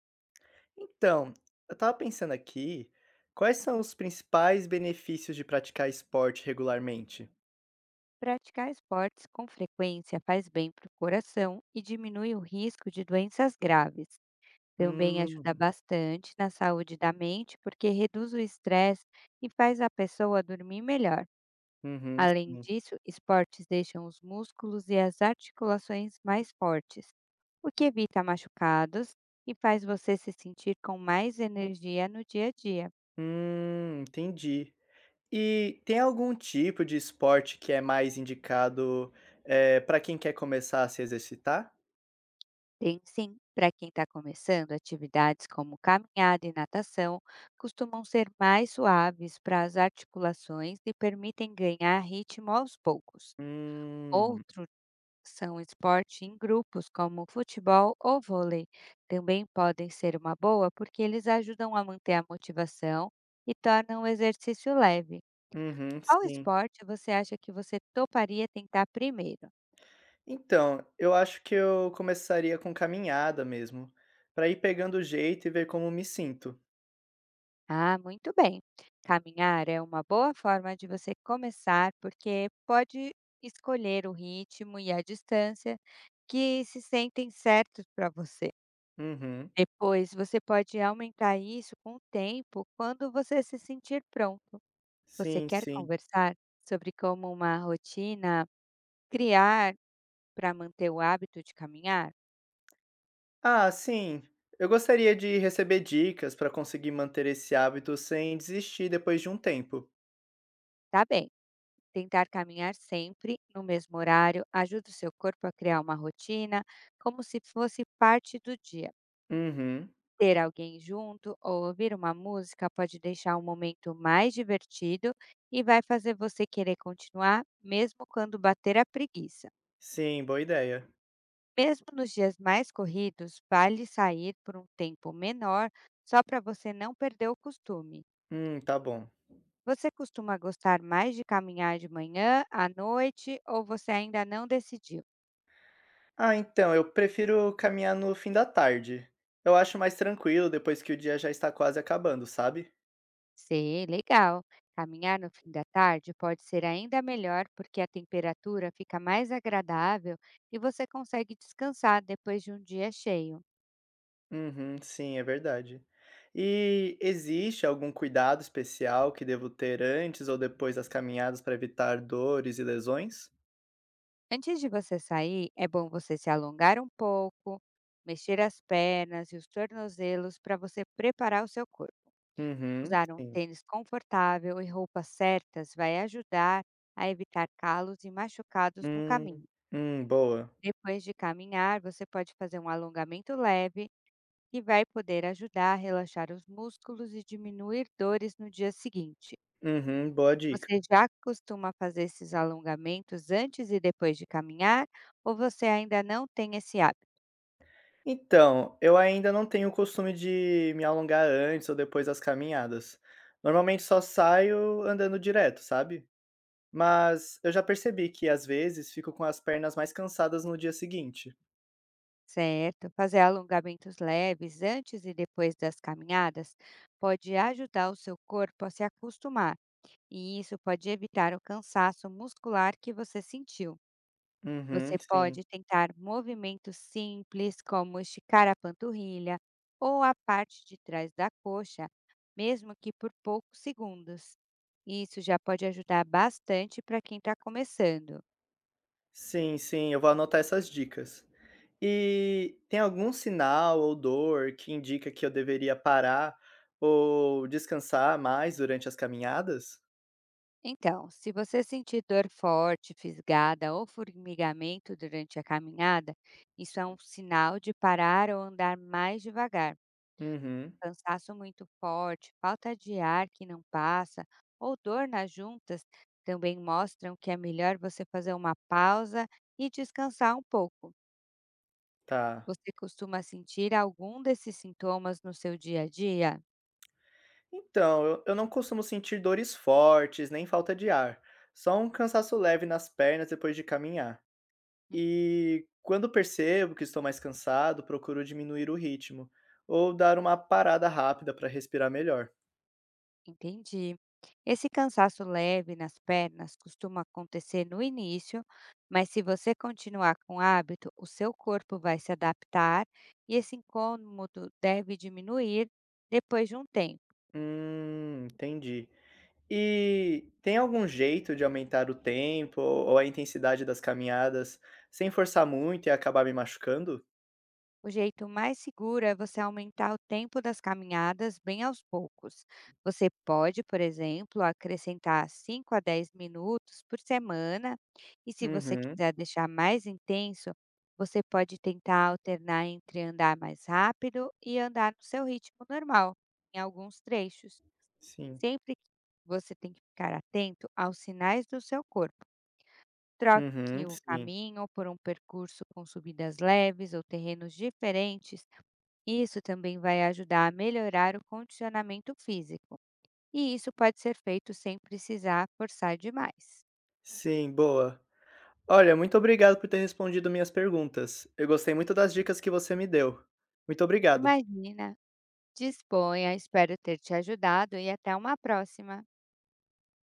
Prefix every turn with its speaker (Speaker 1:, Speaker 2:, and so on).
Speaker 1: Então, eu estava pensando aqui, quais são os principais benefícios de praticar esporte regularmente?
Speaker 2: Praticar esportes com frequência faz bem para o coração e diminui o risco de doenças graves. Também ajuda
Speaker 1: Hum,
Speaker 2: bastante na saúde da mente, porque reduz o estresse e faz a pessoa dormir melhor.
Speaker 1: uhum,
Speaker 2: Além
Speaker 1: sim.
Speaker 2: disso, esportes deixam os músculos e as articulações mais fortes, o que evita machucados e faz você se sentir com mais energia no dia a dia.
Speaker 1: Entendi. E tem algum tipo de esporte que é mais indicado, pra quem quer começar a se exercitar?
Speaker 2: Tem sim, para quem está começando, atividades como caminhada e natação costumam ser mais suaves para as articulações e permitem ganhar ritmo aos poucos.
Speaker 1: Hum,
Speaker 2: Outros são esportes em grupos, como futebol ou vôlei. Também podem ser uma boa porque eles ajudam a manter a motivação e tornam o exercício leve.
Speaker 1: uhum,
Speaker 2: Qual
Speaker 1: sim.
Speaker 2: esporte você acha que você toparia tentar primeiro?
Speaker 1: Então, eu acho que eu começaria com caminhada mesmo, para ir pegando o jeito e ver como me sinto.
Speaker 2: Ah, muito bem. Caminhar é uma boa forma de você começar, porque pode escolher o ritmo e a distância que se sentem certos para você.
Speaker 1: Uhum.
Speaker 2: Depois, você pode aumentar isso com o tempo quando você se sentir pronto. Você
Speaker 1: Sim,
Speaker 2: quer
Speaker 1: sim.
Speaker 2: conversar sobre como uma rotina criar para manter o hábito de caminhar?
Speaker 1: Ah, sim. Eu gostaria de receber dicas para conseguir manter esse hábito sem desistir depois de um tempo.
Speaker 2: Tá bem. Tentar caminhar sempre no mesmo horário ajuda o seu corpo a criar uma rotina, como se fosse parte do dia.
Speaker 1: Uhum.
Speaker 2: Ter alguém junto ou ouvir uma música pode deixar o momento mais divertido e vai fazer você querer continuar, mesmo quando bater a preguiça.
Speaker 1: Sim, boa ideia.
Speaker 2: Mesmo nos dias mais corridos, vale sair por um tempo menor só para você não perder o costume.
Speaker 1: Tá bom.
Speaker 2: Você costuma gostar mais de caminhar de manhã, à noite ou você ainda não decidiu?
Speaker 1: Ah, então, eu prefiro caminhar no fim da tarde. Eu acho mais tranquilo depois que o dia já está quase acabando, sabe?
Speaker 2: Sim, legal. Caminhar no fim da tarde pode ser ainda melhor porque a temperatura fica mais agradável e você consegue descansar depois de um dia cheio.
Speaker 1: Uhum, sim, é verdade. E existe algum cuidado especial que devo ter antes ou depois das caminhadas para evitar dores e lesões?
Speaker 2: Antes de você sair, é bom você se alongar um pouco, mexer as pernas e os tornozelos para você preparar o seu corpo.
Speaker 1: Uhum,
Speaker 2: Usar um
Speaker 1: sim.
Speaker 2: tênis confortável e roupas certas vai ajudar a evitar calos e machucados no
Speaker 1: Hum,
Speaker 2: caminho.
Speaker 1: boa.
Speaker 2: Depois de caminhar, você pode fazer um alongamento leve que vai poder ajudar a relaxar os músculos e diminuir dores no dia seguinte.
Speaker 1: Uhum, boa dica.
Speaker 2: Você já costuma fazer esses alongamentos antes e depois de caminhar ou você ainda não tem esse hábito?
Speaker 1: Então, eu ainda não tenho o costume de me alongar antes ou depois das caminhadas. Normalmente só saio andando direto, sabe? Mas eu já percebi que às vezes fico com as pernas mais cansadas no dia seguinte.
Speaker 2: Certo, fazer alongamentos leves antes e depois das caminhadas pode ajudar o seu corpo a se acostumar, e isso pode evitar o cansaço muscular que você sentiu. Você
Speaker 1: Uhum, sim.
Speaker 2: pode tentar movimentos simples, como esticar a panturrilha ou a parte de trás da coxa, mesmo que por poucos segundos. Isso já pode ajudar bastante para quem está começando.
Speaker 1: Sim, sim, eu vou anotar essas dicas. E tem algum sinal ou dor que indica que eu deveria parar ou descansar mais durante as caminhadas?
Speaker 2: Então, se você sentir dor forte, fisgada ou formigamento durante a caminhada, isso é um sinal de parar ou andar mais devagar.
Speaker 1: Uhum,
Speaker 2: Cansaço muito forte, falta de ar que não passa ou dor nas juntas também mostram que é melhor você fazer uma pausa e descansar um pouco.
Speaker 1: tá.
Speaker 2: Você costuma sentir algum desses sintomas no seu dia a dia?
Speaker 1: Então, eu não costumo sentir dores fortes, nem falta de ar, só um cansaço leve nas pernas depois de caminhar. E quando percebo que estou mais cansado, procuro diminuir o ritmo ou dar uma parada rápida para respirar melhor.
Speaker 2: Entendi. Esse cansaço leve nas pernas costuma acontecer no início, mas se você continuar com o hábito, o seu corpo vai se adaptar e esse incômodo deve diminuir depois de um tempo.
Speaker 1: Entendi. E tem algum jeito de aumentar o tempo ou a intensidade das caminhadas sem forçar muito e acabar me machucando?
Speaker 2: O jeito mais seguro é você aumentar o tempo das caminhadas bem aos poucos. Você pode, por exemplo, acrescentar 5 a 10 minutos por semana, e se você
Speaker 1: Uhum,
Speaker 2: quiser deixar mais intenso, você pode tentar alternar entre andar mais rápido e andar no seu ritmo normal, em alguns trechos.
Speaker 1: sim.
Speaker 2: Sempre que você tem que ficar atento aos sinais do seu corpo. Troque
Speaker 1: Uhum,
Speaker 2: o
Speaker 1: sim.
Speaker 2: caminho por um percurso com subidas leves ou terrenos diferentes. Isso também vai ajudar a melhorar o condicionamento físico. E isso pode ser feito sem precisar forçar demais.
Speaker 1: Sim, boa. Olha, muito obrigado por ter respondido minhas perguntas. Eu gostei muito das dicas que você me deu. Muito obrigado.
Speaker 2: Imagina, disponha, espero ter te ajudado e até uma próxima!